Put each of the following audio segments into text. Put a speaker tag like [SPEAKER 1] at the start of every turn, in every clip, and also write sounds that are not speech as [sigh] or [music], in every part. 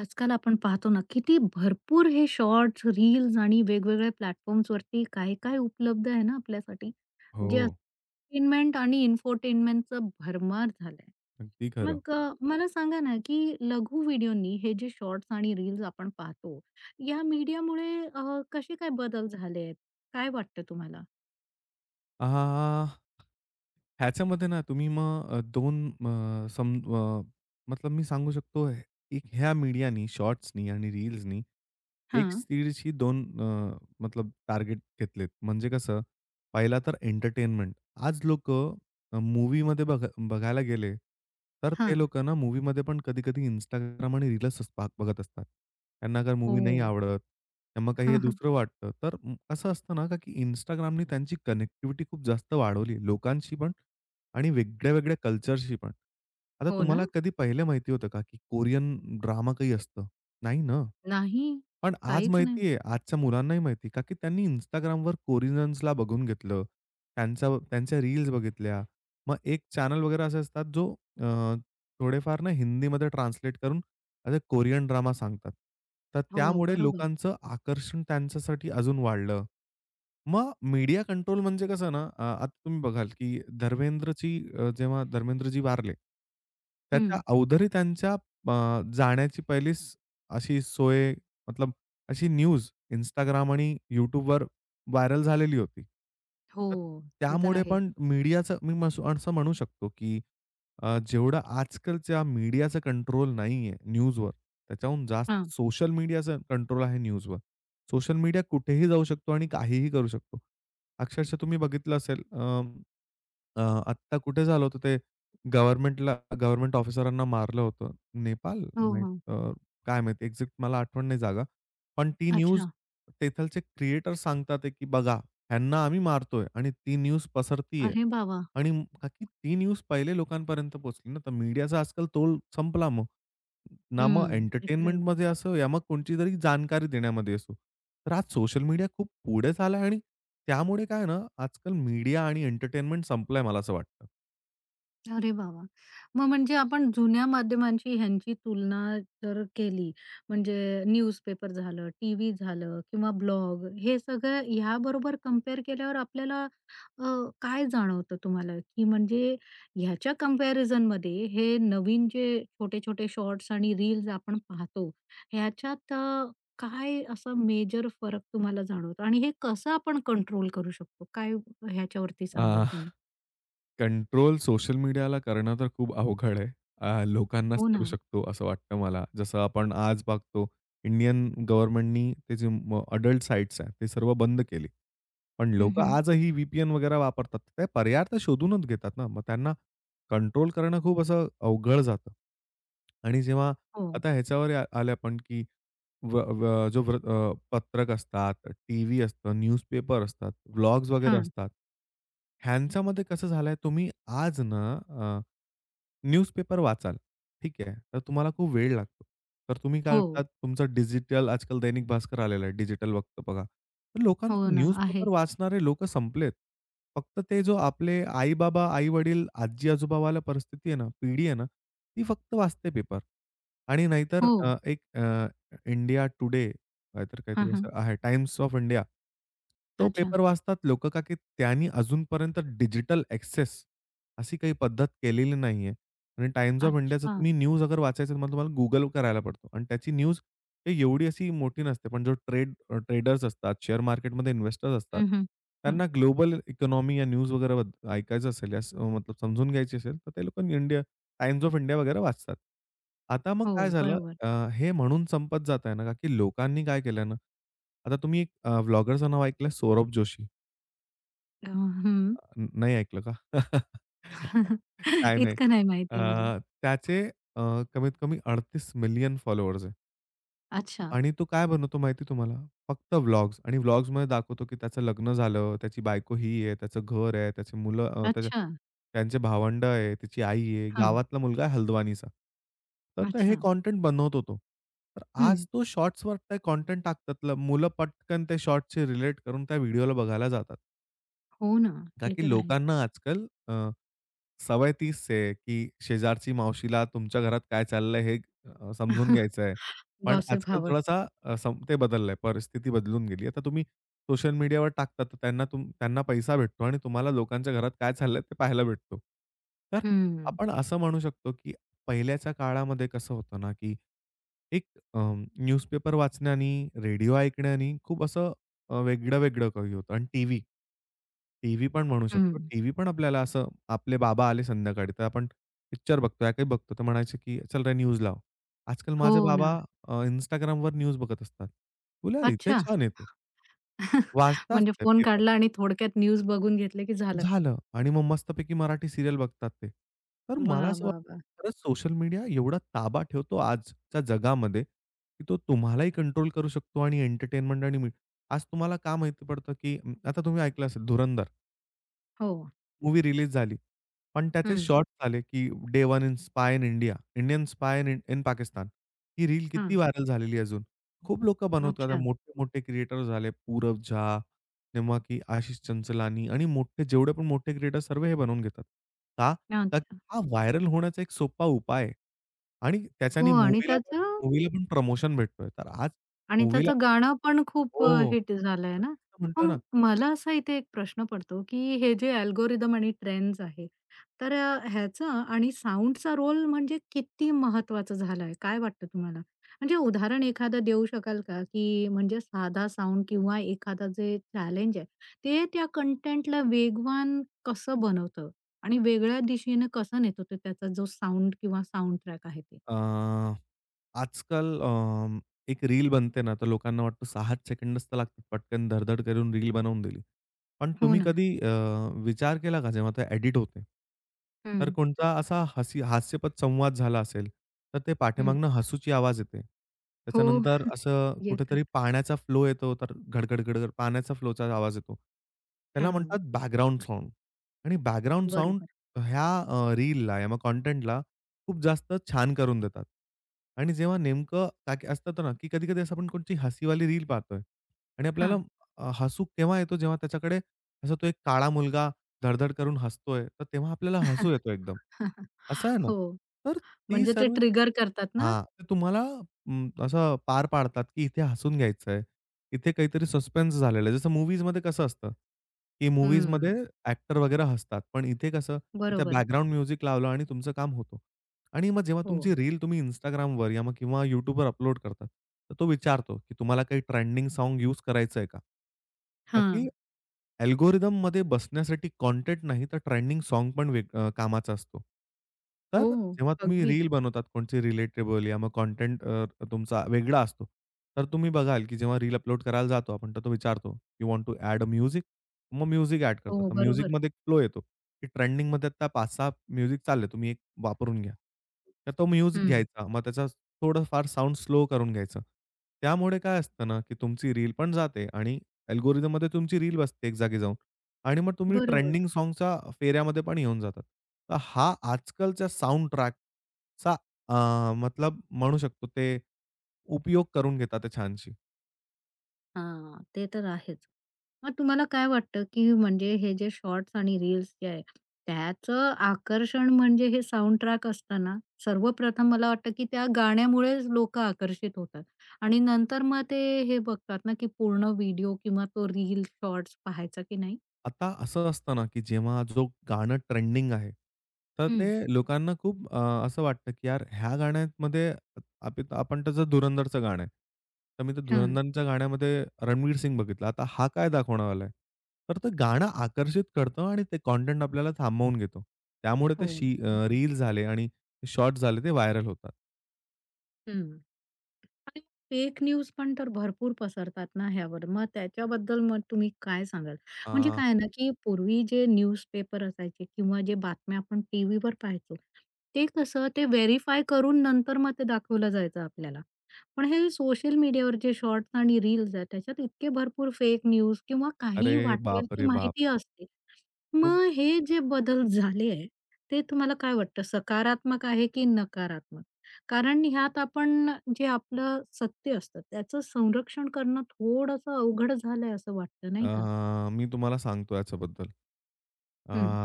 [SPEAKER 1] आजकाल आपण पाहतो ना, किती भरपूर हे शॉर्ट्स, रील्स आणि वेगवेगळ्या प्लॅटफॉर्म्सवरती काय-काय उपलब्ध आहे ना आपल्यासाठी, जे
[SPEAKER 2] हो,
[SPEAKER 1] एंटरटेनमेंट आणि इन्फोटेनमेंटचा भरमार झालाय.
[SPEAKER 2] अगदी खरं.
[SPEAKER 1] मग मला सांगा ना, की लघु व्हिडिओनी हे जे शॉर्ट्स आणि रील्स आपण पाहतो, या मीडियामुळे कसे काय बदल झाले आहेत? काय वाटतं तुम्हाला?
[SPEAKER 2] आहाहा! ह्याच्यामध्ये ना तुम्ही मग 2 मतलब मी सांगू शकतो एक ह्या मीडियानी, शॉर्ट्सनी आणि रील्सनी एक
[SPEAKER 1] हां.
[SPEAKER 2] सीडची 2 मतलब टार्गेट घेतलेत. म्हणजे कसं, पहिला तर एंटरटेनमेंट. आज लोक मूव्हीमध्ये बघायला गेले, तर ते
[SPEAKER 1] हां.
[SPEAKER 2] लोक ना मूव्हीमध्ये पण कधी-कधी इंस्टाग्राम आणि रील्सच बघत असतात. त्यांना जर मूव्ही नाही
[SPEAKER 1] हो.
[SPEAKER 2] आवडत, तर मग
[SPEAKER 1] [laughs]
[SPEAKER 2] काही हे
[SPEAKER 1] हां, हां.
[SPEAKER 2] दुसरं वाटतं. तर असं असतं ना, का की Instagramनी त्यांची कनेक्टिव्हिटी खूप जास्त वाढवली लोकांशी पण आणि वेगळ्या-वेगळ्या कल्चरशी पण. आता
[SPEAKER 1] हो ना?
[SPEAKER 2] तुम्हाला कधी पहिले माहिती होतं का, की कोरियन ड्रामा काही असतं? नाही ना?
[SPEAKER 1] नाही.
[SPEAKER 2] पण आज
[SPEAKER 1] काहीच नाही.
[SPEAKER 2] माहिती आहे, आजच्या मुलांनाही माहिती का की त्यांनी Instagramवर कोरिजन्सला बघून घेतलं. त्यांचा त्यांच्या रील्स बघितल्या. मग एक चॅनल वगैरे असे असतात, जो अ, थोडेफार ना हिंदीमध्ये ट्रान्सलेट करून असे कोरियन ड्रामा सांगतात. तर
[SPEAKER 1] हो,
[SPEAKER 2] त्यामुळे
[SPEAKER 1] बरोबर.
[SPEAKER 2] लोकांचं आकर्षण त्यांच्यासाठी अजून वाढलं. मग मीडिया कंट्रोल म्हणजे कसं ना, आता तुम्ही बघाल की धर्मेंद्रची जेव्हा धर्मेंद्रजी वारले, त्याच्या
[SPEAKER 1] हं.
[SPEAKER 2] अवधारी त्यांच्या जाण्याची पहिलीच अशी सोय मतलब अशी न्यूज Instagram आणि YouTubeवर व्हायरल झालेली होती.
[SPEAKER 1] हो,
[SPEAKER 2] तर
[SPEAKER 1] ते तर
[SPEAKER 2] त्यामुळे
[SPEAKER 1] आहे.
[SPEAKER 2] पण मीडियाचं मी मसं असं म्हणू शकतो, की जेवढं आजकालच्या मीडियाचं कंट्रोल नाहीये न्यूजवर, त्याच्याहून जास्त
[SPEAKER 1] हां.
[SPEAKER 2] सोशल मीडियाचं कंट्रोल आहे न्यूजवर. सोशल मीडिया कुठेही जाऊ शकतो आणि काहीही करू शकतो. अक्षरशः तुम्ही बघितलं असेल अ अ, आत्ता कुठे झालं होतं ते गव्हर्नमेंटला गव्हर्नमेंट ऑफिसरांना मारलं होतं. नेपाल?
[SPEAKER 1] हो,
[SPEAKER 2] नाही
[SPEAKER 1] हो.
[SPEAKER 2] तर काय माहिती एक्झॅक्ट मला आठवण नाही जागा. पण ती न्यूज
[SPEAKER 1] अच्छा.
[SPEAKER 2] तेथलचे क्रिएटर सांगतात आहे, की बघा ह्यांना आम्ही मारतोय आणि ती न्यूज पसरतीये.
[SPEAKER 1] अरे बाबा!
[SPEAKER 2] आणि का की ती न्यूज पहिले लोकांपर्यंत पोहोचली ना, तर मीडियाचा आजकाल तोल संपला मग. ना मग
[SPEAKER 1] हं. ते तर आहे.
[SPEAKER 2] एंटरटेनमेंटमध्ये असो या मग कोणतीतरी जानकारी देण्यामध्ये असो. तर आज सोशल मीडिया खूप पुढे झाला आणि त्यामुळे काय आहे ना, आजकाल मीडिया आणि एंटरटेनमेंट संपलंय मला असं वाटतं.
[SPEAKER 1] अरे बाबा, वाह! मग म्हणजे आपण जुन्या माध्यमांची ह्यांची तुलना जर केली, म्हणजे न्यूजपेपर झालं, टीव्ही झालं किंवा ब्लॉग हे सगळं ह्याबरोबर कंपेअर केल्यावर आपल्याला अ, काय जाणवतं तुम्हाला? की म्हणजे ह्याच्या कंपॅरिझनमध्ये हे नवीन जे छोटे-छोटे शॉर्ट्स आणि रील्स आपण पाहतो, ह्याच्यात काय असा मेजर फरक तुम्हाला जाणवतो? आणि हे कसं आपण कंट्रोल करू शकतो? काय ह्याच्यावरती
[SPEAKER 2] अ,
[SPEAKER 1] सांगाल तुम्ही?
[SPEAKER 2] कंट्रोल सोशल मीडियाला करणं तर खूप अवघड आहे. लोकांनाच
[SPEAKER 1] हो ना.
[SPEAKER 2] करू शकतो असं वाटतं मला. जसं आपण आज बघतो इंडियन गव्हर्नमेंटनी ते जे अडल्ट साइट्स आहेत, ते सर्व बंद केले. पण
[SPEAKER 1] हं,
[SPEAKER 2] लोकं
[SPEAKER 1] हं.
[SPEAKER 2] आजही वगैरे वापरतात. ते पर्याय तर शोधूनच घेतात ना. मग त्यांना कंट्रोल करणं खूप असं अवघड जातं. आणि जेव्हा
[SPEAKER 1] हो.
[SPEAKER 2] आता ह्याच्यावर आले आपण, की व व जो व्र अ, पत्रक असतात, टीव्ही असतं, न्यूजपेपर असतात, व्लॉग्स वगैरे
[SPEAKER 1] हां.
[SPEAKER 2] असतात. ह्यांच्यामध्ये कसं झालंय तुम्ही आज ना न्यूजपेपर वाचाल, ठीक आहे. तर तुम्हाला खूप वेळ लागतो. तर तुम्ही काय
[SPEAKER 1] हो.
[SPEAKER 2] करतात, तुमचं डिजिटल आजकाल दैनिक भास्कर आलेलं आहे, डिजिटल फक्त बघा. तर
[SPEAKER 1] हो
[SPEAKER 2] लोकांचं
[SPEAKER 1] ना, आहे.
[SPEAKER 2] न्यूजपेपर वाचणारे लोकं संपलेत. फक्त ते जो आपले आई-बाबा, आई-वडील, आजी-आजोबावाला परिस्थिती आहे ना, पिढी आहे ना, ती फक्त वाचते पेपर. आणि नाहीतर
[SPEAKER 1] हो.
[SPEAKER 2] इंडिया टुडे नाहीतर
[SPEAKER 1] हां,
[SPEAKER 2] काहीतरी
[SPEAKER 1] हां.
[SPEAKER 2] असं आहे, टाइम्स ऑफ इंडिया. तो
[SPEAKER 1] अच्छा.
[SPEAKER 2] पेपर वाचतात लोकं, का की त्यांनी अजूनपर्यंत डिजिटल एक्सेस अशी काही पद्धत केलेली नाहीये. आणि टाइम्स ऑफ इंडियाचं
[SPEAKER 1] अच्छा.
[SPEAKER 2] तुम्ही न्यूज अगर वाचायचं तुम्हाला तुम्हाला Google करायला पडतो आणि त्याची न्यूज ते एवढी अशी मोठी नसते. पण जो ट्रेडर्स असतात, शेअर मार्केटमध्ये इन्व्हेस्टर्स असतात,
[SPEAKER 1] हं, हं. हं.
[SPEAKER 2] त्यांना ग्लोबल इकॉनॉमी या न्यूज वगैरे ऐकायचं असेल, यास मतलब समजून घ्यायची असेल, तर ते लोकं टाइम्स ऑफ इंडिया वगैरे वाचतात. आता मग
[SPEAKER 1] हो,
[SPEAKER 2] काय झालं
[SPEAKER 1] बरोबर.
[SPEAKER 2] हे म्हणून संपत जात आहे ना, का की लोकांनी काय केलं ना, आता तुम्ही एक व्लॉगरचं नाव ऐकलं आहे सौरभ जोशी.
[SPEAKER 1] अ, हं.
[SPEAKER 2] नाही ऐकलं का? [laughs]
[SPEAKER 1] [laughs]
[SPEAKER 2] काय नाही.
[SPEAKER 1] इतकं नाही माहिती आहे मला.
[SPEAKER 2] त्याचे अ, कमीत कमी 38 मिलियन फॉलोअर्स आहे.
[SPEAKER 1] अच्छा.
[SPEAKER 2] आणि तो काय बनवतो माहिती आहे तुम्हाला? फक्त व्लॉग्स आणि व्लॉग्समध्ये दाखवतो, की त्याचं लग्न झालं, त्याची बायको ही आहे, त्याचं घर आहे, त्याची मुलं अ, त्याच्या
[SPEAKER 1] अच्छा.
[SPEAKER 2] त्यांचे भावंड आहे, त्याची आई आहे,
[SPEAKER 1] हां.
[SPEAKER 2] गावातला मुलगा आहे हल्द्वानीचा. तर तर हे
[SPEAKER 1] अच्छा.
[SPEAKER 2] कंटेंट बनवतो तो. तर आज
[SPEAKER 1] हं.
[SPEAKER 2] तो शॉर्ट्सवर ते कंटेंट टाकतात. मुलं पटकन ते शॉर्टशी रिलेट करून त्या व्हिडिओला बघायला जातात.
[SPEAKER 1] हो ना,
[SPEAKER 2] का
[SPEAKER 1] ते
[SPEAKER 2] की
[SPEAKER 1] तर आहेच.
[SPEAKER 2] लोकांना आजकाल सवय तीच आहे, की शेजारची मावशीला तुमच्या घरात काय चाललंय हे समजून
[SPEAKER 1] [laughs]
[SPEAKER 2] घ्यायचं आहे. पण
[SPEAKER 1] गॉसिप
[SPEAKER 2] आजकाल
[SPEAKER 1] हवं.
[SPEAKER 2] थोडासा अ, सम ते बदललंय, परिस्थिती बदलून गेली. आता तुम्ही सोशल मीडियावर टाकता, तर त्यांना पैसा भेटतो आणि तुम्हाला लोकांच्या घरात काय चाललंय ते पाहायला भेटतो. तर
[SPEAKER 1] हं.
[SPEAKER 2] आपण असं म्हणू शकतो, की पहिल्याच्या काळामध्ये कसं होतं ना, की एक अ, न्यूजपेपर वाचणे आणि रेडिओ ऐकणे आणि खूप असं वेगळं-वेगळं काही होतं आणि टीव्ही. टीव्ही पण म्हणू शकतो.
[SPEAKER 1] हं.
[SPEAKER 2] टीव्ही पण आपल्याला असं आपले बाबा आले संध्याकाळी, तर आपण पिक्चर बघतोय, काही बघतो, तर म्हणायचे की "चल रे न्यूज लाव." आजकाल
[SPEAKER 1] हो
[SPEAKER 2] माझे बाबा
[SPEAKER 1] ना.
[SPEAKER 2] Instagramवर न्यूज बघत असतात. "तुला इथे
[SPEAKER 1] अच्छा.
[SPEAKER 2] छान येते." वाचतात
[SPEAKER 1] म्हणजे
[SPEAKER 2] ते
[SPEAKER 1] फोन
[SPEAKER 2] पेपर.
[SPEAKER 1] काढला आणि थोडक्यात न्यूज बघून घेतले की झालं काम.
[SPEAKER 2] झालं आणि मग मस्तपैकी मराठी सीरियल बघतात ते. तर
[SPEAKER 1] वाह,
[SPEAKER 2] मला असं
[SPEAKER 1] वाह, वाह!
[SPEAKER 2] वाटतं खरंच सोशल मीडिया एवढा ताबा ठेवतो आजच्या जगामध्ये, की तो तुम्हालाही कंट्रोल करू शकतो आणि एंटरटेनमेंट आणि मी आज तुम्हाला का माहिती पडतं की आता तुम्ही ऐकलं असेल धुरंधर.
[SPEAKER 1] हो.
[SPEAKER 2] मूव्ही रिलीज झाली. पण त्याचे
[SPEAKER 1] हं.
[SPEAKER 2] शॉर्ट्स आले, की day one in spy in India, Indian spy in in Pakistan. ही रील किती
[SPEAKER 1] हां.
[SPEAKER 2] व्हायरल झालेली आहे अजून. खूप लोकं बनवतात.
[SPEAKER 1] अच्छा.
[SPEAKER 2] मोठे-मोठे क्रिएटर झाले. पूरव झा, जेव्हा की आशिष चंचलानी आणि मोठे जेवढे पण मोठे क्रिएटर सर्व हे बनवून घेतात. का? तर
[SPEAKER 1] अच्छा.
[SPEAKER 2] हा व्हायरल होण्याचा एक सोपा उपाय आहे. आणि
[SPEAKER 1] हो
[SPEAKER 2] त्याच्याने
[SPEAKER 1] आणि त्याचं
[SPEAKER 2] मूव्हीला पण प्रमोशन भेटतोय. तर आज
[SPEAKER 1] आणि
[SPEAKER 2] मूव्हीला
[SPEAKER 1] त्याचं गाणं पण खूप
[SPEAKER 2] हो.
[SPEAKER 1] हिट झालंय
[SPEAKER 2] तर
[SPEAKER 1] ना.
[SPEAKER 2] तेच तर म्हणतोय
[SPEAKER 1] मग
[SPEAKER 2] ना.
[SPEAKER 1] मला असा इथे एक प्रश्न पडतो, की हे जे अल्गोरिदम आणि ट्रेंड्स आहे, तर ह्याचा आणि साउंडचा रोल म्हणजे किती महत्वाचा झालाय? काय वाटतं तुम्हाला? म्हणजे उदाहरण एखादं देऊ शकाल का, की म्हणजे साधा साउंड किंवा एखादा जे चॅलेंज आहे, ते त्या कंटेंटला वेगवान कसं बनवतं? आणि वेगळ्या दिशेने कसं नेत होतं त्याचा जो साउंड किंवा साउंड ट्रॅक आहे ते?
[SPEAKER 2] अ, आजकाल एक रील बनते ना, तर लोकांना वाटतं 6-7 सेकंडच तर लागतात. पटकन धड-धड करून रील बनवून दिली. पण
[SPEAKER 1] हो
[SPEAKER 2] तुम्ही
[SPEAKER 1] ना.
[SPEAKER 2] कधी विचार केला का जेव्हा ते एडिट होते, तर
[SPEAKER 1] हं,
[SPEAKER 2] कोणता असा हास्यपद संवाद झाला असेल, तर ते
[SPEAKER 1] हं.
[SPEAKER 2] पाठीमागनं हसूची आवाज येते.
[SPEAKER 1] हो,
[SPEAKER 2] त्याच्यानंतर असं
[SPEAKER 1] येतात.
[SPEAKER 2] कुठेतरी पाण्याचा फ्लो येतो, तर घड घड पाण्याचा फ्लोचा आवाज येतो. त्याला
[SPEAKER 1] हां.
[SPEAKER 2] म्हणतात बॅकग्राऊंड साउंड आणि बॅकग्राऊंड साउंड
[SPEAKER 1] बरोबर.
[SPEAKER 2] ह्या रीलला या मग कंटेंटला खूप जास्त छान करून देतात. आणि जेव्हा नेमकं का की असतं ना, की कधी-कधी असं आपण कोणची हसीवाली रील पाहतोय आणि आपल्याला
[SPEAKER 1] हां.
[SPEAKER 2] हसू केव्हा येतो जेव्हा त्याच्याकडे असा तो एक काळा मुलगा धड करून हसतोय, तर तेव्हा आपल्याला हसू येतो एकदम.
[SPEAKER 1] [laughs]
[SPEAKER 2] असं आहे ना.
[SPEAKER 1] हो,
[SPEAKER 2] तर ती
[SPEAKER 1] म्हणजे ते
[SPEAKER 2] सर्व
[SPEAKER 1] ट्रिगर करतात ना?
[SPEAKER 2] हां, तर तुम्हाला असं पार पाडतात, की इथे हसून घ्यायचं आहे. इथे काहीतरी सस्पेन्स झालेलं आहे. जसं मूव्हीजमध्ये कसं असतं, की
[SPEAKER 1] हं.
[SPEAKER 2] मूव्हीजमध्ये ॲक्टर वगैरे हसतात. पण इथे कसं, इथे
[SPEAKER 1] बरोबर.
[SPEAKER 2] बॅकग्राऊंड म्युझिक लावलं आणि तुमचं काम होतं. आणि मग जेव्हा
[SPEAKER 1] हो.
[SPEAKER 2] तुमची रील तुम्ही Instagramवर या मग किंवा YouTubeवर अपलोड करतात, तर तो विचारतो, की तुम्हाला काही ट्रेंडिंग साँग यूज करायचं आहे का? का
[SPEAKER 1] हां.
[SPEAKER 2] की अल्गोरिथममध्ये बसण्यासाठी कंटेंट नाही, तर ट्रेंडिंग सॉन्ग पण कामाचा असतो. तर
[SPEAKER 1] हो,
[SPEAKER 2] जेव्हा तुम्ही
[SPEAKER 1] अगदी.
[SPEAKER 2] रील बनवतात कोणची रिलेटेबल या मग कंटेंट तुमचा वेगळा असतो. तर तुम्ही बघाल, की जेव्हा रील अपलोड करायला जातो आपण, तर तो विचारतो, "you want to add a music?" मग म्युझिक ॲड करतात.
[SPEAKER 1] हो,
[SPEAKER 2] तर
[SPEAKER 1] बरोबर.
[SPEAKER 2] म्युझिकमध्ये एक फ्लो येतो, की ट्रेंडिंगमध्ये आता 5-6 म्युझिक चालले, तुम्ही एक वापरून घ्या. तर तो म्युझिक
[SPEAKER 1] हं.
[SPEAKER 2] घ्यायचा. मग त्याचा थोडंफार साउंड स्लो करून घ्यायचं. त्यामुळे काय असतं ना, की तुमची रील पण जाते आणि अल्गोरिथममध्ये तुमची रील बसते एक जागी जाऊन आणि मग तुम्ही
[SPEAKER 1] बरोबर.
[SPEAKER 2] ट्रेंडिंग सॉन्गच्या फेऱ्यामध्ये पण येऊन जातात. तर हा आजकालच्या साउंड ट्रॅकचा अ, मतलब म्हणू शकतो ते उपयोग करून घेतात ते छानशी.
[SPEAKER 1] हां, ते तर आहेच. मग तुम्हाला काय वाटतं, की म्हणजे हे जे शॉर्ट्स आणि रील्स जे आहे, त्याचं आकर्षण म्हणजे हे साउंड ट्रॅक असताना सर्वप्रथम मला वाटतं, की त्या गाण्यामुळेच लोकं आकर्षित होतात आणि नंतर मग ते हे बघतात ना, की पूर्ण व्हिडिओ किंवा तो रील शॉर्ट्स पाहायचा की नाही?
[SPEAKER 2] आता असं असतं ना, की जेव्हा जो गाणं ट्रेंडिंग आहे, तर
[SPEAKER 1] हं.
[SPEAKER 2] ते लोकांना खूप असं वाटतं, की यार ह्या गाण्यामध्ये आपण त्याचं धुरंधरचं गाणं आहे. तर मी ते
[SPEAKER 1] हां.
[SPEAKER 2] धुरंधरच्या गाण्यामध्ये रणवीर सिंग बघितला. आता हा काय दाखवणारवाला आहे? तर ते गाणं आकर्षित करतं आणि ते कंटेंट आपल्याला थांबवून घेतो. त्यामुळे ते
[SPEAKER 1] हो,
[SPEAKER 2] शी
[SPEAKER 1] बरोबर.
[SPEAKER 2] रील झाले आणि शॉर्ट्स झाले ते व्हायरल होतात.
[SPEAKER 1] हं. आणि फेक न्यूज पण तर भरपूर पसरतात ना ह्यावर. मग त्याच्याबद्दल मग तुम्ही काय सांगाल? म्हणजे
[SPEAKER 2] अ,
[SPEAKER 1] काय आहे ना, की पूर्वी जे न्यूजपेपर असायचे किंवा जे बातम्या आपण टीव्हीवर पाहायचो, ते कसं ते व्हेरिफाय करून नंतर मग ते दाखवलं जायचं आपल्याला. पण हे सोशल मीडियावर जे शॉर्ट्स आणि रील्स आहेत, त्याच्यात इतके भरपूर फेक न्यूज किंवा
[SPEAKER 2] अरे
[SPEAKER 1] काहीही वाटेल
[SPEAKER 2] बाप
[SPEAKER 1] ती
[SPEAKER 2] रे बाप!
[SPEAKER 1] माहिती असते.
[SPEAKER 2] खूप
[SPEAKER 1] मग हे जे बदल झाले आहे, ते तुम्हाला काय वाटतं सकारात्मक आहे की नकारात्मक? कारण ह्यात आपण जे आपलं सत्य असतं त्याचं संरक्षण करणं थोडंसं अवघड झालंय असं वाटतं
[SPEAKER 2] अ,
[SPEAKER 1] नाही का?
[SPEAKER 2] मी तुम्हाला सांगतो याच्याबद्दल.
[SPEAKER 1] हं.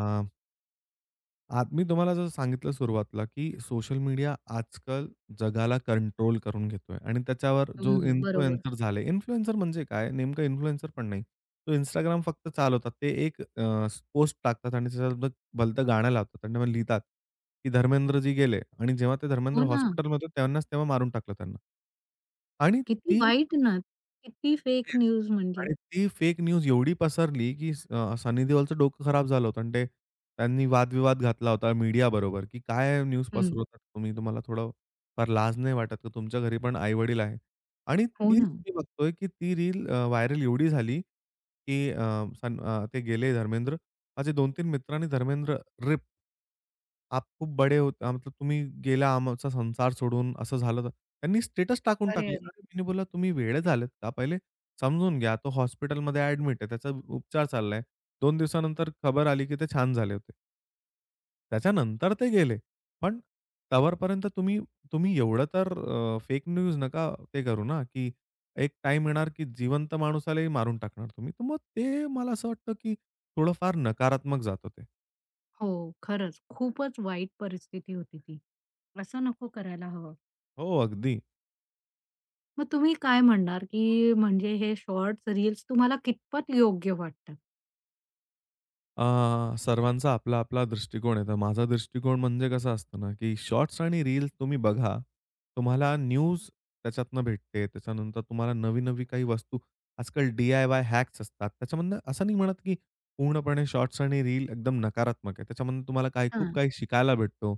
[SPEAKER 2] आत मी तुम्हाला जसं सांगितलं सुरुवातीला, की सोशल मीडिया आजकाल जगाला कंट्रोल करून घेतोय आणि त्याच्यावर जो
[SPEAKER 1] हं, बरोबर.
[SPEAKER 2] इन्फ्लुएन्सर झाले, इन्फ्लुएन्सर म्हणजे काय? नेमकं इन्फ्लुएन्सर पण नाही. तो Instagram फक्त चालवतात. ते एक पोस्ट टाकतात आणि त्याच्यासोबत भलतं गाणं लावतात आणि मग लिहितात, की धर्मेंद्रजी गेले आणि जेव्हा ते धर्मेंद्र
[SPEAKER 1] हो ना.
[SPEAKER 2] हॉस्पिटलमध्ये होते, त्यांनाच तेव्हा मारून टाकलं त्यांना आणि
[SPEAKER 1] किती
[SPEAKER 2] ती
[SPEAKER 1] वाईट ना. किती फेक
[SPEAKER 2] तेच.
[SPEAKER 1] न्यूज म्हणजे.
[SPEAKER 2] आणि ती फेक न्यूज एवढी पसरली, की सनी देओलचं डोकं खराब झालं होतं आणि ते त्यांनी वादविवाद घातला होता मीडियाबरोबर, की "काय न्यूज
[SPEAKER 1] हं,
[SPEAKER 2] पसरवतात तुम्ही? तुम्हाला थोडं फार लाज नाही वाटत का? तुमच्या घरी पण आई-वडील आहे." आणि
[SPEAKER 1] हो
[SPEAKER 2] तीच
[SPEAKER 1] ना.
[SPEAKER 2] मी बघतोय, की ती रील व्हायरल एवढी झाली, की ते गेले धर्मेंद्र. माझे 2-3 मित्रांनी धर्मेंद्र रिप आप खूप बडे होत मतलब तुम्ही गेला आमचा संसार सोडून, असं झालं तर त्यांनी स्टेटस टाकून
[SPEAKER 1] अरे,
[SPEAKER 2] टाकले.
[SPEAKER 1] अरे!
[SPEAKER 2] अरे, मी बोलला, "तुम्ही वेडे झालेत का? पहिले समजून घ्या, तो हॉस्पिटलमध्ये ॲडमिट आहे. त्याचा उपचार चाललाय." 2 दिवसानंतर खबर आली की ते छान झाले होते. त्याच्यानंतर ते गेले. पण तवरपर्यंत तुम्ही तुम्ही एवढं तर फेक न्यूज नका ते करू ना, की एक टाईम येणार की जिवंत माणसालाही मारून टाकणार तुम्ही. तर मग ते मला असं वाटतं की थोडंफार नकारात्मक जातं ते.
[SPEAKER 1] हो, खरंच खूपच वाईट परिस्थिती होती ती. असं नको करायला हवं.
[SPEAKER 2] हो, अगदी.
[SPEAKER 1] मग तुम्ही काय म्हणणार, की म्हणजे हे शॉर्ट्स, रील्स तुम्हाला कितपत योग्य वाटतात?
[SPEAKER 2] सर्वांचा आपला-आपला दृष्टिकोन आहे. तर माझा दृष्टिकोन म्हणजे कसा असतो ना, की शॉर्ट्स आणि रील्स तुम्ही बघा. तुम्हाला न्यूज त्याच्यातनं भेटते. त्याच्यानंतर तुम्हाला नवी-नवी काही वस्तू आजकाल डी-आय-वाय हॅक्स असतात. त्याच्यामधनं असं नाही म्हणत, की पूर्णपणे शॉर्ट्स आणि रील एकदम नकारात्मक आहे. त्याच्यामधून तुम्हाला काही खूप
[SPEAKER 1] हां.
[SPEAKER 2] काही शिकायला भेटतो.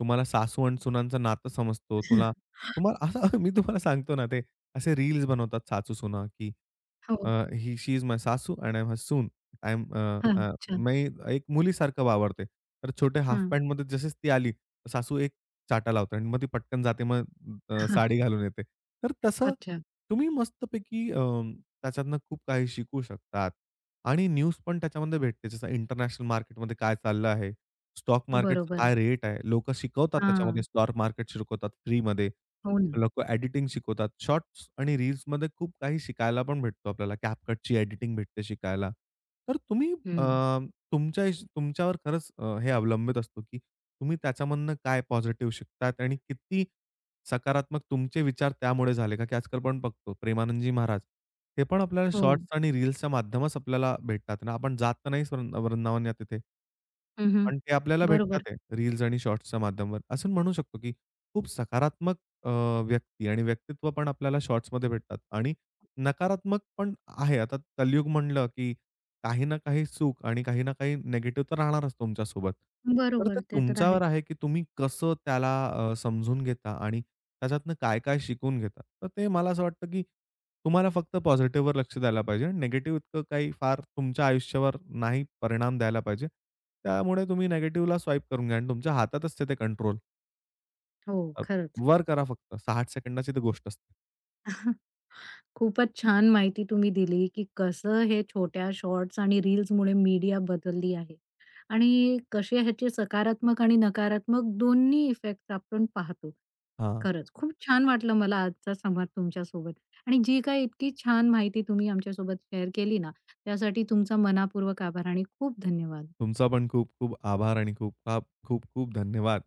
[SPEAKER 2] तुम्हाला सासू आणि सुनांचं नातं समजतो. तुम्हाला असं [laughs] मी तुम्हाला सांगतो ना, ते असे रील्स बनवतात सासू-सुना, की
[SPEAKER 1] हो.
[SPEAKER 2] ही शी इज माय सासू एंड आय एम हर सून. आय एम अ,
[SPEAKER 1] हां.
[SPEAKER 2] अ,
[SPEAKER 1] अच्छा.
[SPEAKER 2] मी एक मुलीसारखं वावरते. तर छोटे हाल्फ
[SPEAKER 1] हां.
[SPEAKER 2] पॅन्टमध्ये जशीच ती आली, सासू एक चाटा लावते आणि मग ती पटकन जाते. मग साडी
[SPEAKER 1] [laughs]
[SPEAKER 2] घालून येते. तर तसं
[SPEAKER 1] अच्छा.
[SPEAKER 2] तुम्ही मस्तपैकी त्याच्यातनं खूप काही शिकू शकतात आणि न्यूज पण त्याच्यामध्ये भेटते. जसं इंटरनॅशनल मार्केटमध्ये काय चाललं आहे? स्टॉक मार्केटचा
[SPEAKER 1] बरोबर.
[SPEAKER 2] काय रेट आहे? लोकं शिकवतात त्याच्यामध्ये
[SPEAKER 1] हां.
[SPEAKER 2] स्टॉक मार्केट शिकवतात फ्रीमध्ये.
[SPEAKER 1] हो ना.
[SPEAKER 2] लोकं एडिटिंग शिकवतात. शॉर्ट्स आणि रील्समध्ये खूप काही शिकायला पण भेटतो आपल्याला. CapCutची एडिटिंग भेटते शिकायला. तर तुम्ही अ,
[SPEAKER 1] हं.
[SPEAKER 2] तुमच्या हिश तुमच्यावर खरंच हे अवलंबित असतो, की तुम्ही त्याच्यामधनं काय पॉझिटिव्ह शिकतात आणि किती सकारात्मक तुमचे विचार त्यामुळे झाले. का की आजकाल आपण बघतो प्रेमानंदजी महाराज, ते पण आपल्याला
[SPEAKER 1] हो.
[SPEAKER 2] शॉर्ट्स आणि रील्सच्या माध्यमच आपल्याला भेटतात ना. आपण जात तर नाहीच वृंदावन या तिथे.
[SPEAKER 1] हं, हं.
[SPEAKER 2] पण ते आपल्याला
[SPEAKER 1] बरोबर,
[SPEAKER 2] भेटतात रील्स आणि शॉर्ट्सच्या माध्यमावर. असं म्हणू शकतो, की खूप सकारात्मक अ, व्यक्ती आणि व्यक्तित्व पण आपल्याला शॉर्ट्समध्ये भेटतात आणि नकारात्मक पण आहे. आता कलियुग म्हणलं, की काही ना काही सुख आणि काही ना काही निगेटिव्ह तर राहणारच तुमच्यासोबत. तर ते
[SPEAKER 1] बरोबर. ते तर
[SPEAKER 2] तुमच्यावर
[SPEAKER 1] आहेच.
[SPEAKER 2] आहे, की तुम्ही कसं त्याला समजून घेता आणि त्याच्यातनं काय-काय शिकून घेता. तर ते मला असं वाटतं, की तुम्हाला फक्त पॉझिटिव्हवर लक्ष द्यायला पाहिजे. निगेटिव्ह इतकं काही फार तुमच्या आयुष्यावर नाही परिणाम द्यायला पाहिजे. त्यामुळे तुम्ही निगेटिव्हला स्वाईप करून घ्या आणि तुमच्या हातातच आहे ते कंट्रोल.
[SPEAKER 1] हो,
[SPEAKER 2] अ,
[SPEAKER 1] खरंच.
[SPEAKER 2] वर करा फक्त 60 सेकंदाची ती गोष्ट असते.
[SPEAKER 1] [laughs] खूपच छान माहिती तुम्ही दिली, की कसं हे छोट्या शॉर्ट्स आणि रील्समुळे मीडिया बदलली आहे आणि कसे ह्याचे सकारात्मक आणि नकारात्मक दोन्ही इफेक्ट्स आपण पाहतो.
[SPEAKER 2] हां,
[SPEAKER 1] खरंच खूप छान वाटलं मला आजचा संवाद तुमच्यासोबत आणि जी काही इतकी छान माहिती तुम्ही आमच्यासोबत शेअर केली ना, त्यासाठी तुमचा मनापूर्वक आभार आणि खूप धन्यवाद.
[SPEAKER 2] तुमचा पण खूप खूप आभार आणि खूप खूप खूप धन्यवाद.